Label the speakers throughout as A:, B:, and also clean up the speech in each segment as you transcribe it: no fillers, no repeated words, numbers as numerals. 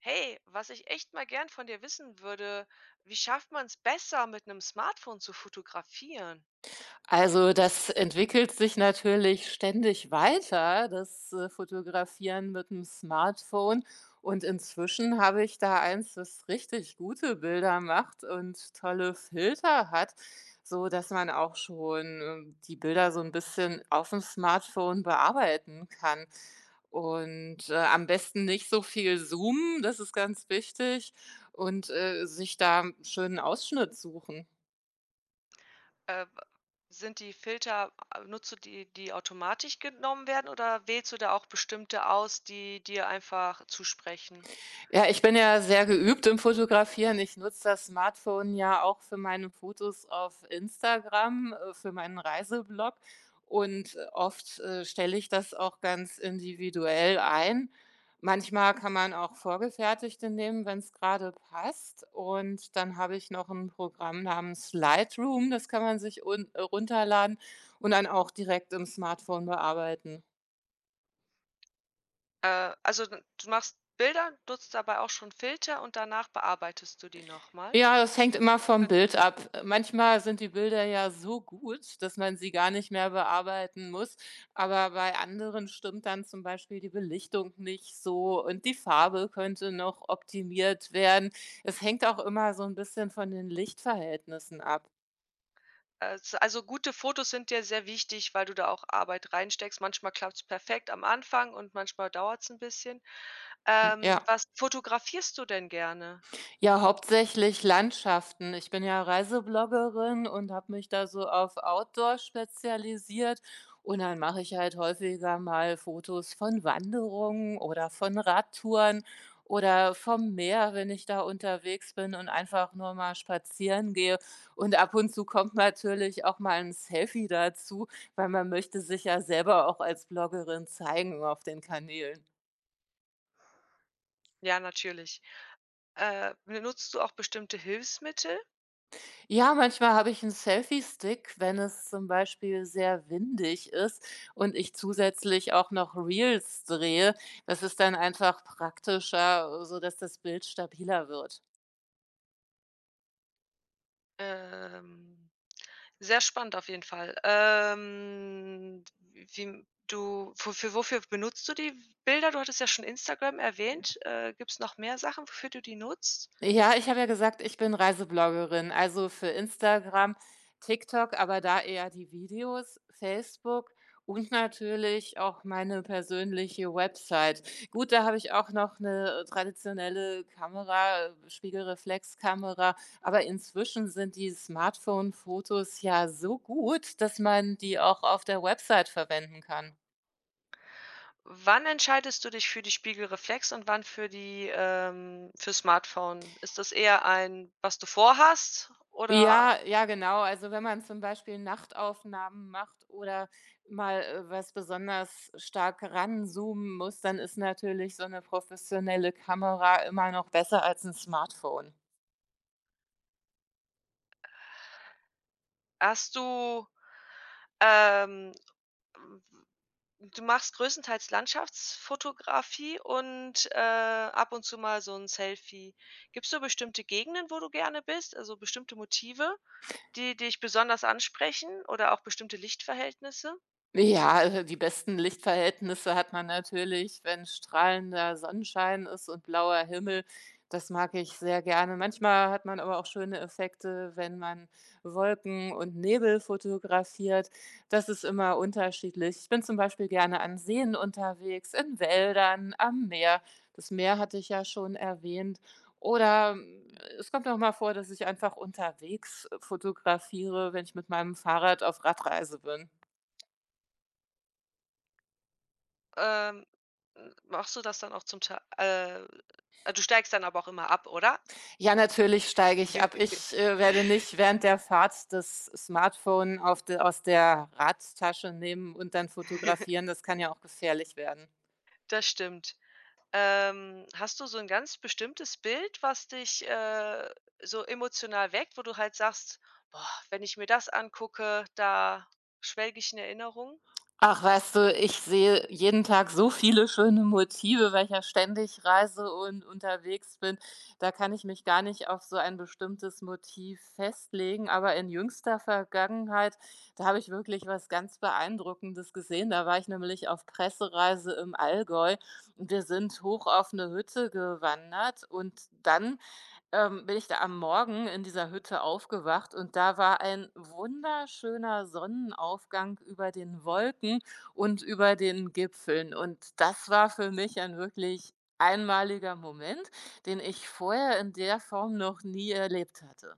A: Hey, was ich echt mal gern von dir wissen würde, wie schafft man es besser, mit einem Smartphone zu fotografieren?
B: Also, das entwickelt sich natürlich ständig weiter, das, Fotografieren mit dem Smartphone. Und inzwischen habe ich da eins, das richtig gute Bilder macht und tolle Filter hat, so dass man auch schon, die Bilder so ein bisschen auf dem Smartphone bearbeiten kann. Und, am besten nicht so viel zoomen, das ist ganz wichtig und, sich da 'n schönen Ausschnitt suchen.
A: W sind die Filter a Nutzt du die, die automatisch genommen werden, oder wählst du da auch bestimmte aus, die dir einfach zusprechen?
B: Ja, ich bin ja sehr geübt im Fotografieren. Ich nutze das Smartphone ja auch für meine Fotos auf Instagram, für meinen Reiseblog und, oft, stelle ich das auch ganz individuell ein. Manchmal kann man auch vorgefertigte nehmen, wenn es gerade passt, und dann habe ich noch ein Programm namens Lightroom, das kann man sich un runterladen und dann auch direkt im Smartphone bearbeiten.
A: Also, d du machst Bilder, nutzt dabei auch schon Filter und danach bearbeitest du die nochmal.
B: Ja, das hängt immer vom Bild ab. Manchmal
A: Gen
B: sind die Bilder ja so gut, dass man sie gar nicht mehr bearbeiten muss. Aber bei anderen stimmt dann zum Beispiel die Belichtung nicht so und die Farbe könnte noch optimiert werden. Es hängt auch immer so ein bisschen von den Lichtverhältnissen ab.
A: s also, gute Fotos sind dir sehr wichtig, weil du da auch Arbeit reinsteckst. Manchmal klappt es perfekt am Anfang und manchmal dauert es ein bisschen.
B: Ja.
A: Was fotografierst du denn gerne?
B: Ja, hauptsächlich Landschaften. Ich bin ja Reisebloggerin und habe mich da so auf Outdoor spezialisiert. Und dann mache ich halt häufiger mal Fotos von Wanderungen oder von Radtouren oder vom Meer, wenn ich da unterwegs bin und einfach nur mal spazieren gehe. Und ab und zu kommt natürlich auch mal ein Selfie dazu, weil man möchte sich ja selber auch als Bloggerin zeigen auf den Kanälen.
A: Ja, natürlich. Benutzt du auch bestimmte Hilfsmittel?
B: Ja, manchmal habe ich einen Selfie-Stick, wenn es zum Beispiel sehr windig ist und ich zusätzlich auch noch Reels drehe. Das ist dann einfach praktischer, so dass das Bild stabiler wird.
A: Ähm, Sehr spannend auf jeden Fall. Wie du für Wofür benutzt du die Bilder? Du hattest ja schon Instagram erwähnt. Gibt es noch mehr Sachen, wofür du die nutzt?
B: Ja, ich habe ja gesagt, ich bin Reisebloggerin, also für Instagram, TikTok, aber da eher die Videos, Facebook und natürlich auch meine persönliche Website. Gut, da habe ich auch noch eine traditionelle Kamera, Spiegelreflexkamera, aber inzwischen sind die Smartphone-Fotos ja so gut, dass man die auch auf der Website verwenden kann.
A: Wann entscheidest du dich für die Spiegelreflex und wann für Smartphone? Ist das eher ein, was du vorhast, oder
B: Ja, ja, genau. Also, wenn man zum Beispiel Nachtaufnahmen macht oder mal, was besonders stark ranzoomen muss, dann ist natürlich so eine professionelle Kamera immer noch besser als ein Smartphone.
A: hast du, ähm, du machst größtenteils Landschaftsfotografie und, ab und zu mal so 'n Selfie. Gibt's so bestimmte Gegenden, wo du gerne bist, also bestimmte Motive, die dich besonders ansprechen oder auch bestimmte Lichtverhältnisse?
B: Ja, die besten Lichtverhältnisse hat man natürlich, wenn strahlender Sonnenschein ist und blauer Himmel. Das mag ich sehr gerne. Manchmal hat man aber auch schöne Effekte, wenn man Wolken und Nebel fotografiert. Das ist immer unterschiedlich. Ich bin zum Beispiel gerne an Seen unterwegs, in Wäldern, am Meer. Das Meer hatte ich ja schon erwähnt. Oder mm, es kommt auch mal vor, dass ich einfach unterwegs fotografiere, wenn ich mit meinem Fahrrad auf Radreise bin.
A: Ähm, m Machst du das dann auch zum Teil, du steigst dann aber auch immer ab, oder?
B: Ja, natürlich steige ich ab. Ich, werde nicht während der Fahrt das Smartphone auf de aus der Radtasche nehmen und dann fotografieren. Das kann ja auch gefährlich werden.
A: Das stimmt. Hast du so ein ganz bestimmtes Bild, was dich, so emotional weckt, wo du halt sagst: „Boah, wenn ich mir das angucke, da schwelge ich in Erinnerungen?“
B: Ach, weißt du, ich sehe jeden Tag so viele schöne Motive, weil ich ja ständig reise und unterwegs bin. Da kann ich mich gar nicht auf so ein bestimmtes Motiv festlegen. Aber in jüngster Vergangenheit, da habe ich wirklich was ganz Beeindruckendes gesehen. Da war ich nämlich auf Pressereise im Allgäu, und wir sind hoch auf eine Hütte gewandert und dann bin ich da am Morgen in dieser Hütte aufgewacht, und da war ein wunderschöner Sonnenaufgang über den Wolken und über den Gipfeln. Und das war für mich ein wirklich einmaliger Moment, den ich vorher in der Form noch nie erlebt hatte.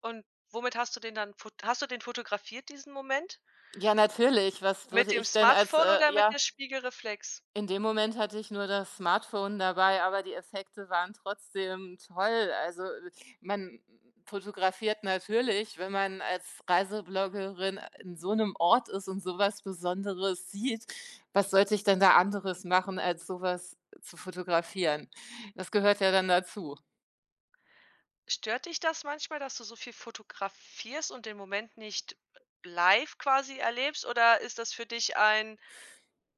A: Und womit hast du den fotografiert, diesen Moment?
B: Ja, natürlich. Was
A: Mit
B: würde
A: dem
B: ich denn als
A: Smartphone oder
B: äh,
A: mit
B: ja
A: der Spiegelreflex?
B: In dem Moment hatte ich nur das Smartphone dabei, aber die Effekte waren trotzdem toll. Also, man fotografiert natürlich, wenn man als Reisebloggerin in so einem Ort ist und sowas Besonderes sieht. Was sollte ich denn da anderes machen, als sowas zu fotografieren? Das gehört ja dann dazu.
A: Stört dich das manchmal, dass du so viel fotografierst und den Moment nicht live quasi erlebst, oder ist das für dich ein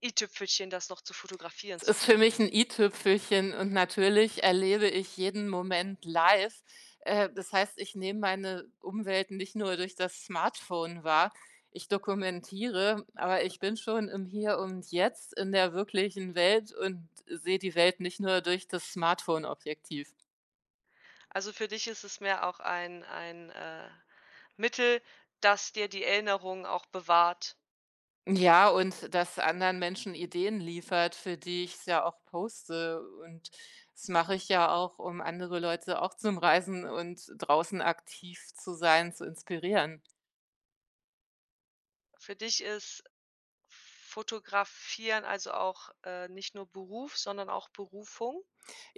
A: i-Tüpfelchen, das noch zu fotografieren
B: Es
A: zu
B: ist für
A: können?
B: mich 'n i-Tüpfelchen und natürlich erlebe ich jeden Moment live. Das heißt, ich nehme meine Umwelt nicht nur durch das Smartphone wahr. Ich dokumentiere, aber ich bin schon im Hier und Jetzt in der wirklichen Welt und sehe die Welt nicht nur durch das Smartphone-Objektiv.
A: Also für dich ist es mehr auch ein Mittel, das dir die Erinnerung auch bewahrt.
B: Ja, und das anderen Menschen Ideen liefert, für die ich es ja auch poste. Und das mache ich ja auch, um andere Leute auch zum Reisen und draußen aktiv zu sein, zu inspirieren.
A: Für dich ist Fotografieren also auch, nicht nur Beruf, sondern auch Berufung?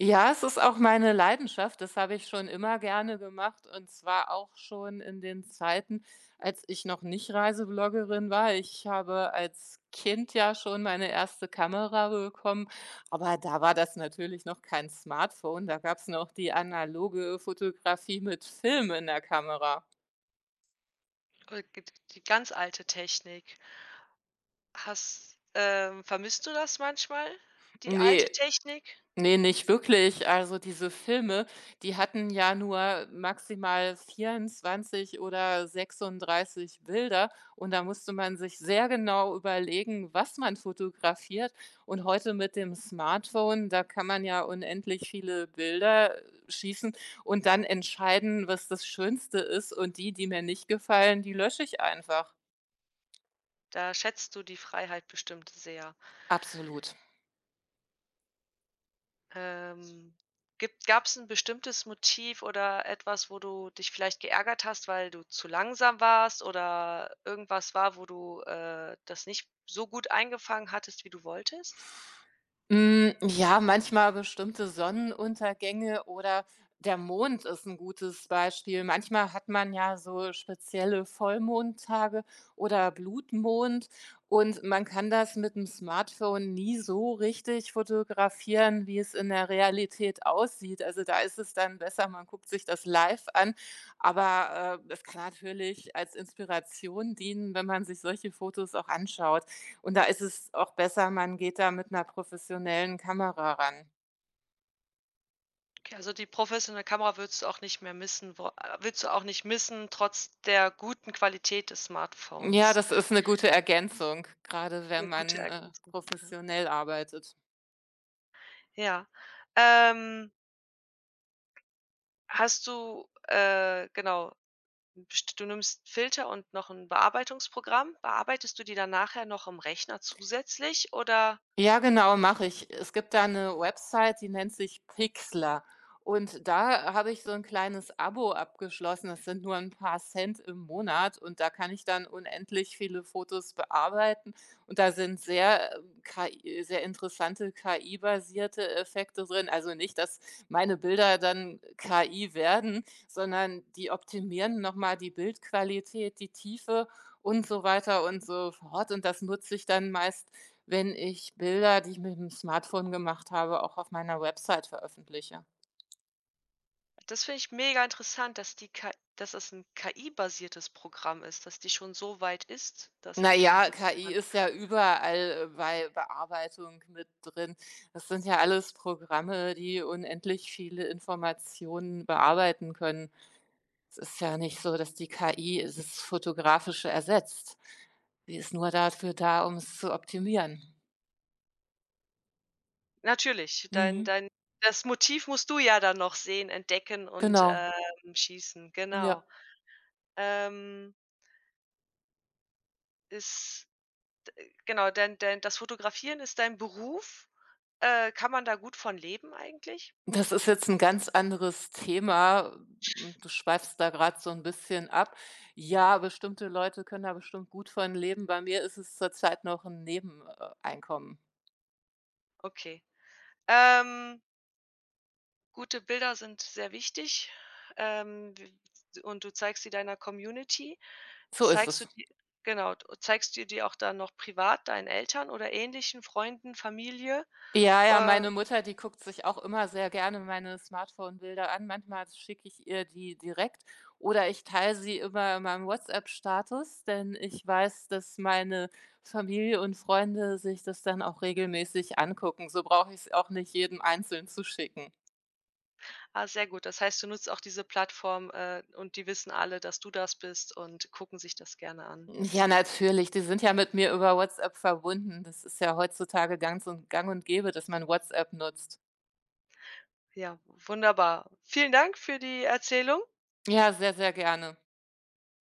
B: Ja, es ist auch meine Leidenschaft. Das habe ich schon immer gerne gemacht, und zwar auch schon in den Zeiten, als ich noch nicht Reisebloggerin war. Ich habe als Kind ja schon meine erste Kamera bekommen, aber da war das natürlich noch kein Smartphone. Da gab's noch die analoge Fotografie mit Film in der Kamera.
A: Oder g die ganz alte Technik. Hast Vermisst du das manchmal, die
B: Ne,
A: alte Technik?
B: ne, nicht wirklich. Also, diese Filme, die hatten ja nur maximal 24 oder 36 Bilder, und da musste man sich sehr genau überlegen, was man fotografiert. Und heute mit dem Smartphone, da kann man ja unendlich viele Bilder schießen und dann entscheiden, was das Schönste ist, und die, die mir nicht gefallen, die lösche ich einfach.
A: Da schätzt du die Freiheit bestimmt sehr.
B: Absolut.
A: Ähm, gibt gab's 'n bestimmtes Motiv oder etwas, wo du dich vielleicht geärgert hast, weil du zu langsam warst oder irgendwas war, wo du, das nicht so gut eingefangen hattest, wie du wolltest?
B: Hm, ja, manchmal bestimmte Sonnenuntergänge oder der Mond ist ein gutes Beispiel. Manchmal hat man ja so spezielle Vollmondtage oder Blutmond, und man kann das mit dem Smartphone nie so richtig fotografieren, wie es in der Realität aussieht. Also, da ist es dann besser, man guckt sich das live an, aber, es kann natürlich als Inspiration dienen, wenn man sich solche Fotos auch anschaut. Und da ist es auch besser, man geht da mit einer professionellen Kamera ran.
A: Okay, also die professionelle Kamera würdest du auch nicht mehr missen, wo willst du auch nicht missen, trotz der guten Qualität des
B: Ja,
A: Smartphones.
B: das ist eine gute Ergänzung, gerade wenn
A: Eine gute
B: man,
A: Ergänzung, ja.
B: professionell arbeitet.
A: Ja. Ähm, hast du, genau Best Du nimmst Filter und noch ein Bearbeitungsprogramm. Bearbeitest du die dann nachher noch im Rechner zusätzlich, oder?
B: Ja, genau, mache ich. Es gibt da eine Website, die nennt sich Pixlr. Und da habe ich so ein kleines Abo abgeschlossen. Das sind nur ein paar Cent im Monat, und da kann ich dann unendlich viele Fotos bearbeiten. Und da sind sehr, KI sehr interessante KI-basierte Effekte drin. Also nicht, dass meine Bilder dann KI werden, sondern die optimieren noch mal die Bildqualität, die Tiefe und so weiter und so fort. Und das nutze ich dann meist, wenn ich Bilder, die ich mit dem Smartphone gemacht habe, auch auf meiner Website veröffentliche.
A: Das finde ich mega interessant, dass die KI, dass es 'n KI-basiertes Programm ist, dass die schon so weit ist, dass
B: Na
A: die da
B: ja,
A: helfen
B: KI
A: kann.
B: ist ja überall, bei Bearbeitung mit drin. Das sind ja alles Programme, die unendlich viele Informationen bearbeiten können. Es ist ja nicht so, dass die KI das Fotografische ersetzt. Sie ist nur dafür da, um es zu optimieren.
A: Natürlich, dein
B: Mhm.
A: dein das Motiv musst du ja dann noch sehen, entdecken und,
B: Genau,
A: schießen, genau.
B: ja.
A: Ähm, ist Genau, denn das Fotografieren ist dein Beruf. Kann man da gut von leben eigentlich?
B: Das ist jetzt ein ganz anderes Thema, und du schweifst da gerade so ein bisschen ab. Ja, bestimmte Leute können da bestimmt gut von leben. Bei mir ist es zurzeit noch ein Nebeneinkommen.
A: Okay. Ähm Gute Bilder sind sehr wichtig, w und du zeigst sie deiner Community.
B: So ist
A: Zeigst du
B: es.
A: die zeigst du die auch dann noch privat deinen Eltern oder Ähnlichen, Freunden, Familie?
B: Ja, ja,
A: Äh,
B: meine Mutter, die guckt sich auch immer sehr gerne meine Smartphone-Bilder an. Manchmal schicke ich ihr die direkt oder ich teile sie immer in meinem WhatsApp-Status, denn ich weiß, dass meine Familie und Freunde sich das dann auch regelmäßig angucken. So brauche ich es auch nicht jedem einzeln zu schicken.
A: ah, sehr gut. Das heißt, du nutzt auch diese Plattform, und die wissen alle, dass du das bist und gucken sich das gerne an.
B: Ja, natürlich. Die sind ja mit mir über WhatsApp verbunden. Das ist ja heutzutage ganz und gang und gäbe, dass man WhatsApp nutzt.
A: Ja, wunderbar. Vielen Dank für die Erzählung.
B: Ja, sehr, sehr gerne.